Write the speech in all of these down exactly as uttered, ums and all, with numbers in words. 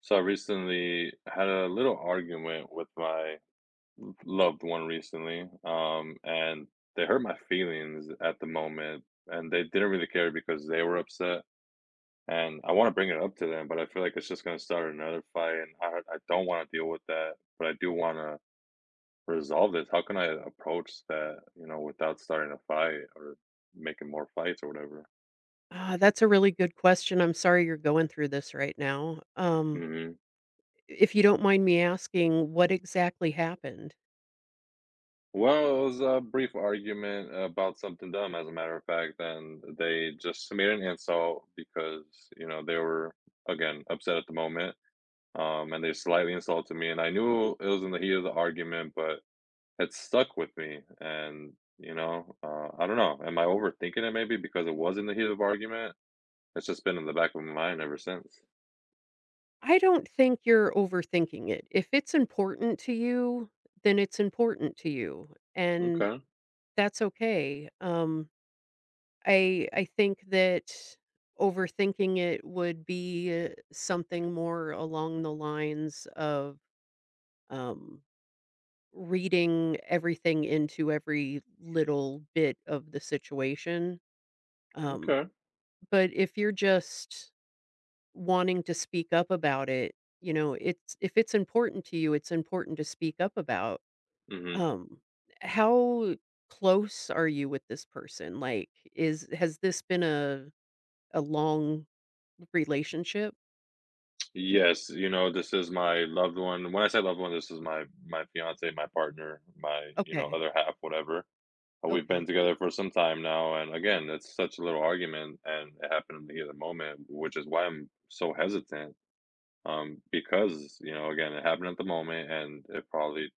So I recently had a little argument with my loved one recently, um, and they hurt my feelings at the moment, and they didn't really care because they were upset. And I want to bring it up to them, but I feel like it's just going to start another fight, and I I don't want to deal with that, but I do want to resolve this. How can I approach that, you know, without starting a fight or making more fights or whatever? Ah, that's a really good question. I'm sorry you're going through this right now. Um, hmm. If you don't mind me asking, what exactly happened? Well, it was a brief argument about something dumb, as a matter of fact, and they just made an insult because, you know, they were, again, upset at the moment, um, and they slightly insulted me, and I knew it was in the heat of the argument, but it stuck with me, and, you know, uh, I don't know. Am I overthinking it maybe because it was in the heat of argument? It's just been in the back of my mind ever since. I don't think you're overthinking it. If it's important to you, then it's important to you, and Okay, that's okay. Um, I I think that overthinking it would be uh, something more along the lines of um, reading everything into every little bit of the situation. Um, okay. but if you're just wanting to speak up about it, you know, it's if it's important to you, it's important to speak up about. Hmm. Um, how close are you with this person? Like, is has this been a a long relationship? Yes, you know, this is my loved one. When I say loved one, this is my my fiance, my partner, my, you know, Okay. other half, whatever. But we've been Okay. together for some time now, and again, it's such a little argument, and it happened in the heat of the moment, which is why I'm so hesitant. Um, because, you know, again, it happened at the moment, and it probably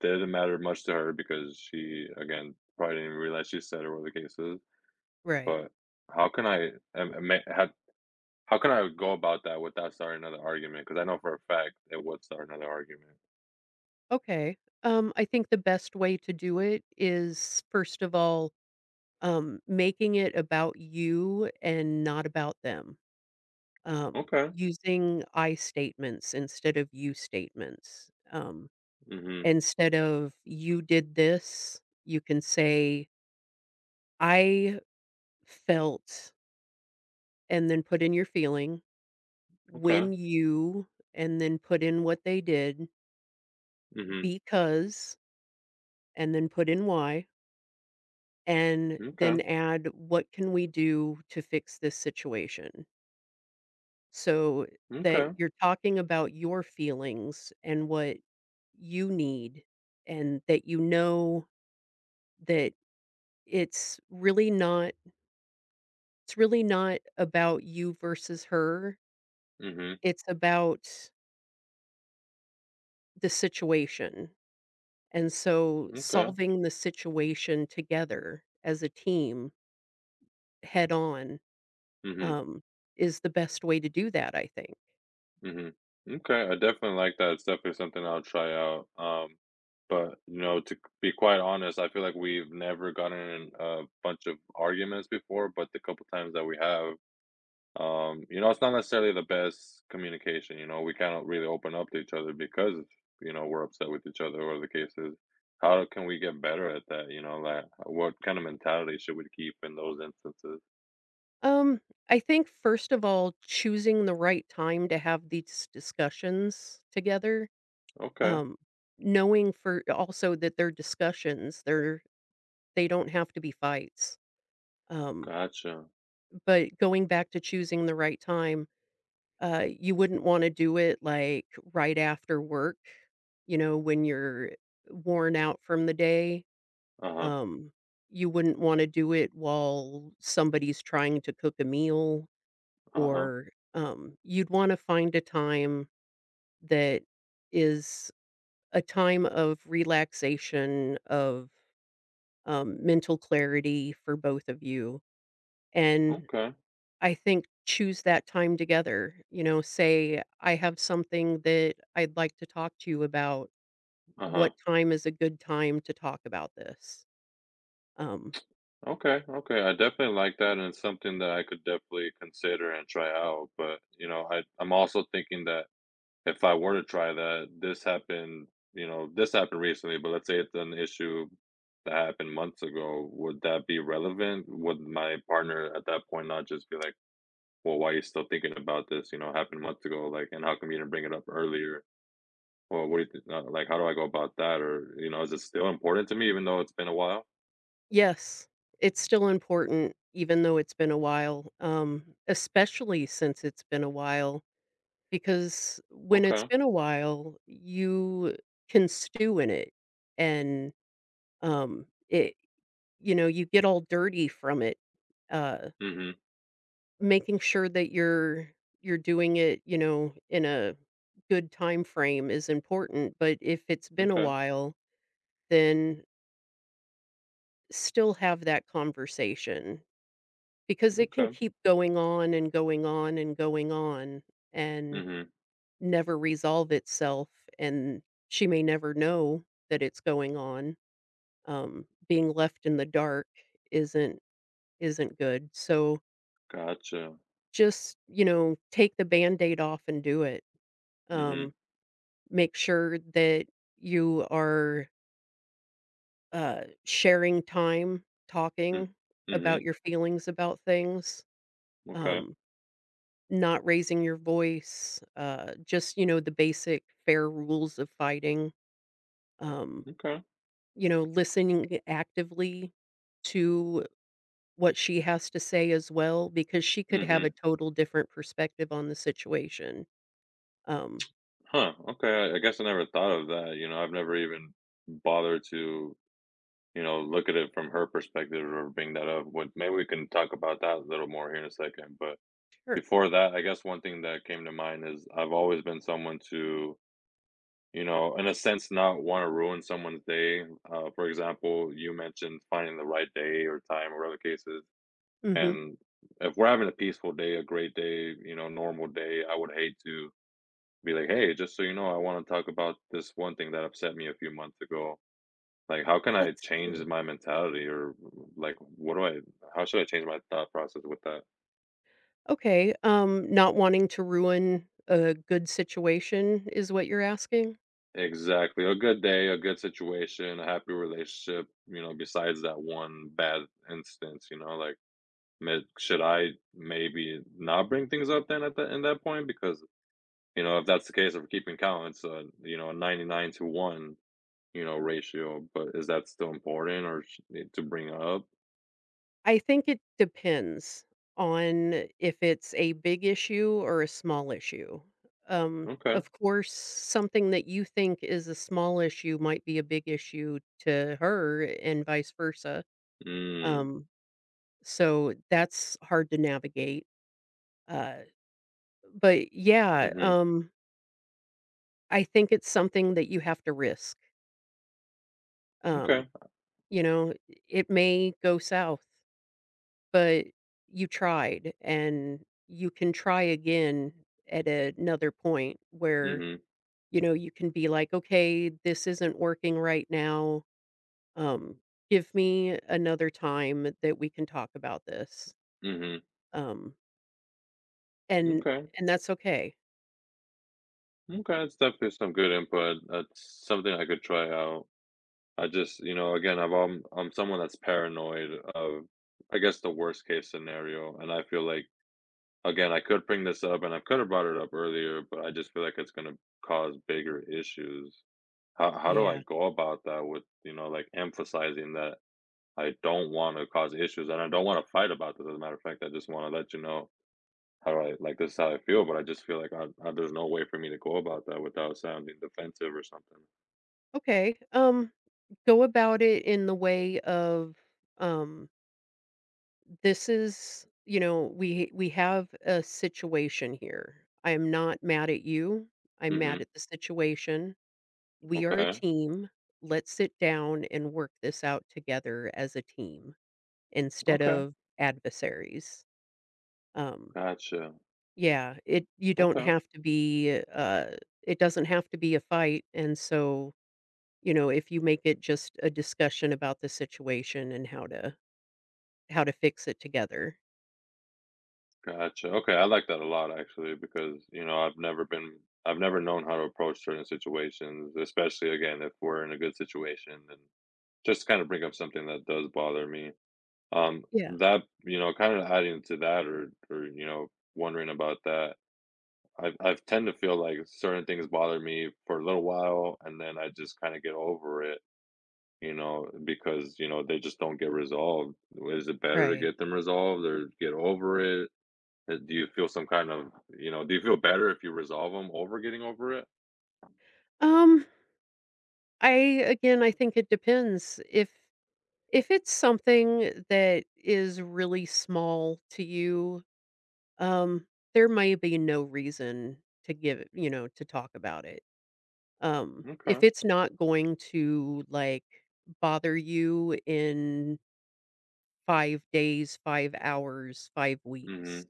didn't matter much to her because she, again, probably didn't even realize she said it, or the case is. Right. But how can I, um, ma- how can I go about that without starting another argument, because I know for a fact it would start another argument. Okay. Um, I think the best way to do it is first of all, um, making it about you and not about them. Um, Okay. Using I statements instead of you statements. Um, Mhm. Instead of you did this, you can say I felt, and then put in your feeling Okay. when you, and then put in what they did Mhm. because, and then put in why, and then M'kay. add what can we do to fix this situation. So that Okay. you're talking about your feelings and what you need, and that you know that it's really not it's really not about you versus her. Mhm. It's about the situation. And so M'kay. solving the situation together as a team head on, Mhm. um, is the best way to do that, I think. Mhm. Okay, I definitely like that. It's definitely something I'll try out. Um, but, you know, to be quite honest, I feel like we've never gotten in a bunch of arguments before, but the couple times that we have, Um, you know, it's not necessarily the best communication, you know, we cannot really open up to each other because, you know, we're upset with each other or the case is. How can we get better at that, you know, like what kind of mentality should we keep in those instances? Um, I think first of all, choosing the right time to have these discussions together, Okay, um, knowing for also that they're discussions, they're they don't have to be fights. Um, gotcha. but going back to choosing the right time, uh, you wouldn't want to do it like right after work, you know, when you're worn out from the day. Uh-huh. Um, you wouldn't want to do it while somebody's trying to cook a meal Uh-huh. or, um, you'd wanna find a time that is a time of relaxation, of, um, mental clarity for both of you, and Okay. I think choose that time together, you know, say, "I have something that I'd like to talk to you about. Uh-huh. What time is a good time to talk about this?" Um, Okay. Okay, I definitely like that and it's something that I could definitely consider and try out. But, you know, I, I'm also thinking that if I were to try that, this happened, you know, this happened recently, but let's say it's an issue that happened months ago, would that be relevant? Would my partner at that point not just be like, well, why are you still thinking about this? You know, happened months ago, like, and how come you didn't bring it up earlier? Or what do you think? uh, Like, how do I go about that? Or, you know, is it still important to me even though it's been a while? yes, it's still important even though it's been a while, um, especially since it's been a while. Because when it's Okay. been a while, you can stew in it and, um, it you know, you get all dirty from it, uh, Mm-hmm. making sure that you're you're doing it, you know, in a good time frame is important, but if it's been a Okay. while, then still have that conversation because it can Okay. keep going on and going on and going on, and Mm-hmm. never resolve itself, and she may never know that it's going on. Um, being left in the dark isn't isn't good. So Gotcha. just, you know, take the Band-Aid off and do it. Mm-hmm. Um, Make sure that you are uh, sharing time, Mm-hmm. talking about Mm-hmm. your feelings about things, Okay. um, not raising your voice, uh, just, you know, the basic fair rules of fighting. Um, Okay. you know, listening actively to what she has to say as well, because she could have a Mm-hmm. total different perspective on the situation. Um, Huh, okay, I I guess I never thought of that, you know, I've never even bothered to, you know, look at it from her perspective or bring that up, what maybe we can talk about that a little more here in a second, but sure. before that, I guess one thing that came to mind is I've always been someone to, you know, in a sense, not wanna ruin someone's day, uh, for example, you mentioned finding the right day or time or other cases, Mhm. and if we're having a peaceful day, a great day, you know, normal day, I would hate to be like, "Hey, just so you know, I wanna talk about this one thing that upset me a few months ago. Like, how can I That's change true. my mentality or, like, what do I how should I change my thought process with that?" Okay, um, not wanting to ruin a good situation is what you're asking? Exactly. A good day, a good situation, a happy relationship, you know, besides that one bad instance, you know, like, may should I maybe not bring things up then at that in that point? Because, you know, if that's the case of keeping count, it's a, you know, a ninety-nine to one, you know, ratio, but is that still important or sh eh, to bring up? I think it depends on if it's a big issue or a small issue. Um, Okay. Of course, something that you think is a small issue might be a big issue to her, and vice versa. Mm, Um, so that's hard to navigate. Uh, but yeah, mhm. um, I think it's something that you have to risk. Um, Okay. you know, it may go south. But you tried, and you can try again at another point where, Mhm. you know, you can be like, "Okay, this isn't working right now. Um, Give me another time that we can talk about this." Mhm. Um, and Okay. and that's okay. Okay, that's definitely some good input. That's something I could try out. I just, you know, again, I've um, I'm someone that's paranoid of, I guess, the worst case scenario, and I feel like, again, I could bring this up, and I could have brought it up earlier, but I just feel like it's gonna cause bigger issues. How how do I Yeah. go about that with, you know, like emphasizing that I don't want to cause issues, and I don't want to fight about this. As a matter of fact, I just want to let you know how do I like, this is how I feel, but I just feel like I I there's no way for me to go about that without sounding defensive or something. Okay, um, go about it in the way of, um this is you know, we we have a situation here. I am not mad at you. I'm mad Mhm. at the situation. We are a Okay. team. Let's sit down and work this out together as a team instead Okay. of adversaries. Um, Gotcha. yeah, it you don't Okay. have to be uh, it doesn't have to be a fight, and so, you know, if you make it just a discussion about the situation and how to how to fix it together. Gotcha. Okay, I like that a lot actually because, you know, I've never been I've never known how to approach certain situations, especially again if we're in a good situation and just kind of bring up something that does bother me. Um, Yeah, that, you know, kind of adding to that or or you know, wondering about that i i tend to feel like certain things bother me for a little while, and then I just kind of get over it, you know, because you know they just don't get resolved. Is it better to right. get them resolved or get over it? Uh, Do you feel some kind of you know? Do you feel better if you resolve them over getting over it? Um I again, I think it depends. If if it's something that is really small to you, um, there may be no reason to give it, you know, to talk about it. Um, if Okay. it's not going to like bother you in five days, five hours, five weeks, Mhm.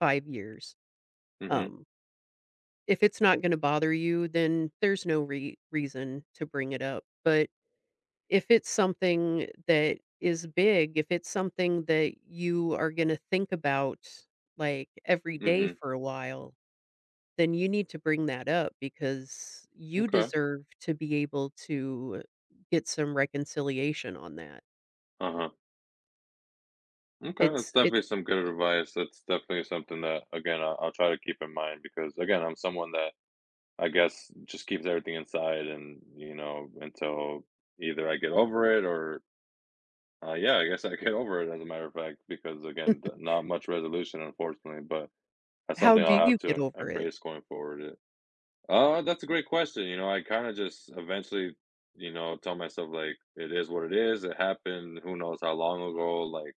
five years, Mhm. um, if it's not going to bother you, then there's no re- reason to bring it up. But if it's something that is big, if it's something that you are gonna think about, like, every day Mhm. for a while, then you need to bring that up because you Okay. deserve to be able to get some reconciliation on that. Uh huh. Okay, that's It's it definitely some good advice. That's definitely something that again I, I'll try to keep in mind because again I'm someone that I guess, just keeps everything inside and, you know, until either I get over it or, uh, yeah, I guess I get over it as a matter of fact, because again, th- not much resolution, unfortunately, but that's How something do I'll have you get to over it? embrace going forward. Uh, that's a great question. You know, I kind of just eventually, you know, tell myself like, it is what it is. It happened. Who knows how long ago? Like,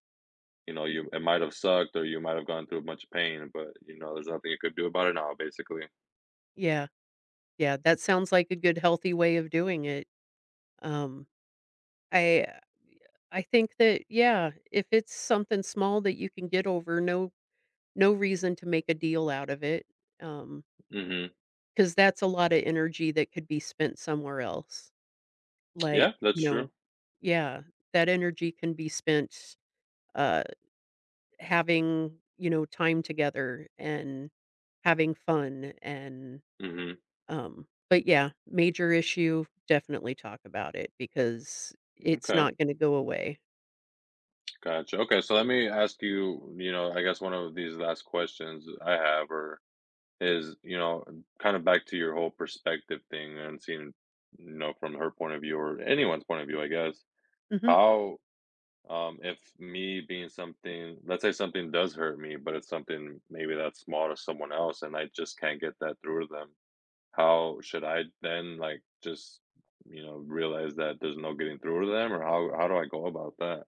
you know, you it might have sucked or you might have gone through a bunch of pain, but you know, there's nothing you could do about it now, basically. Yeah, yeah, that sounds like a good healthy way of doing it. Um, I I think that, yeah, if it's something small that you can get over, no no reason to make a deal out of it, um Hmm. because that's a lot of energy that could be spent somewhere else. Like, Yeah, you that's true. know, yeah, that energy can be spent, uh, having, you know, time together and having fun and, Hmm. um but yeah, major issue, definitely talk about it because it's Okay. not gonna go away. Gotcha. Okay, so let me ask you, you know, I guess one of these last questions I have or is, you know, kind of back to your whole perspective thing and seeing, you know, from her point of view or anyone's point of view, I guess. Mhm. How um If me being something, let's say something does hurt me, but it's something maybe that's small to someone else and I just can't get that through to them. How should I then like just, you know, realize that there's no getting through to them or how how do I go about that?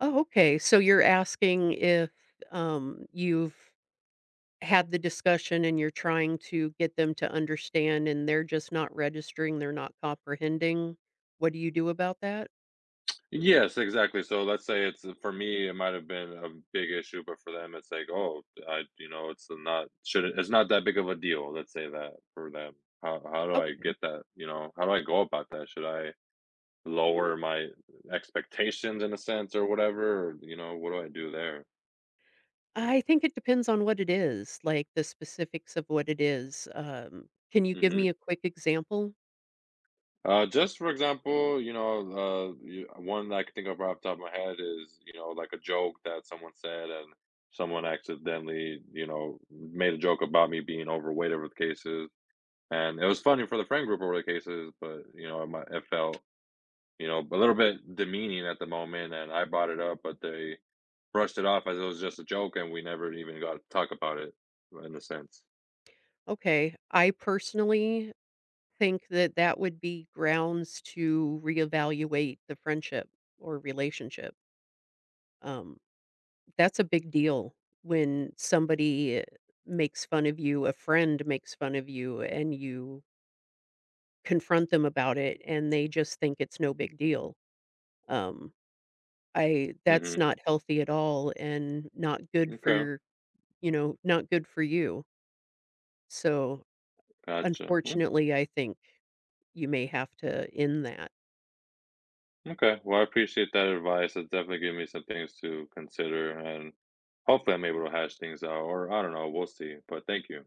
Oh, okay, so you're asking if, um, you've had the discussion and you're trying to get them to understand and they're just not registering, they're not comprehending, what do you do about that? Yes, exactly. So let's say it's uh, for me, it might have been a big issue, but for them, it's like, oh, I, you know, it's not should it's not that big of a deal. Let's say that for them. How how do Oh, I get that? You know, how do I go about that? Should I lower my expectations in a sense or whatever? Or, you know, what do I do there? I think it depends on what it is, like the specifics of what it is. Um, can you give me Hmm. a quick example? Uh, just for example, you know, uh, you- one that I can think of right off the top of my head is, you know, like a joke that someone said, and someone accidentally, you know, made a joke about me being overweight over the cases, and it was funny for the friend group over the cases, but you know, it, might, it felt, you know, a little bit demeaning at the moment, and I brought it up, but they brushed it off as it was just a joke, and we never even got to talk about it in a sense. Okay. I personally think that that would be grounds to reevaluate the friendship or relationship. Um, That's a big deal when somebody makes fun of you, a friend makes fun of you, and you confront them about it, and they just think it's no big deal. Um, I that's Mm-hmm. not healthy at all and not good for Okay, your you know, not good for you. So, gotcha. unfortunately, I think you may have to end that. Okay, well, I appreciate that advice. It's definitely given me some things to consider, and hopefully, I'm able to hash things out. Or I don't know. We'll see. But thank you.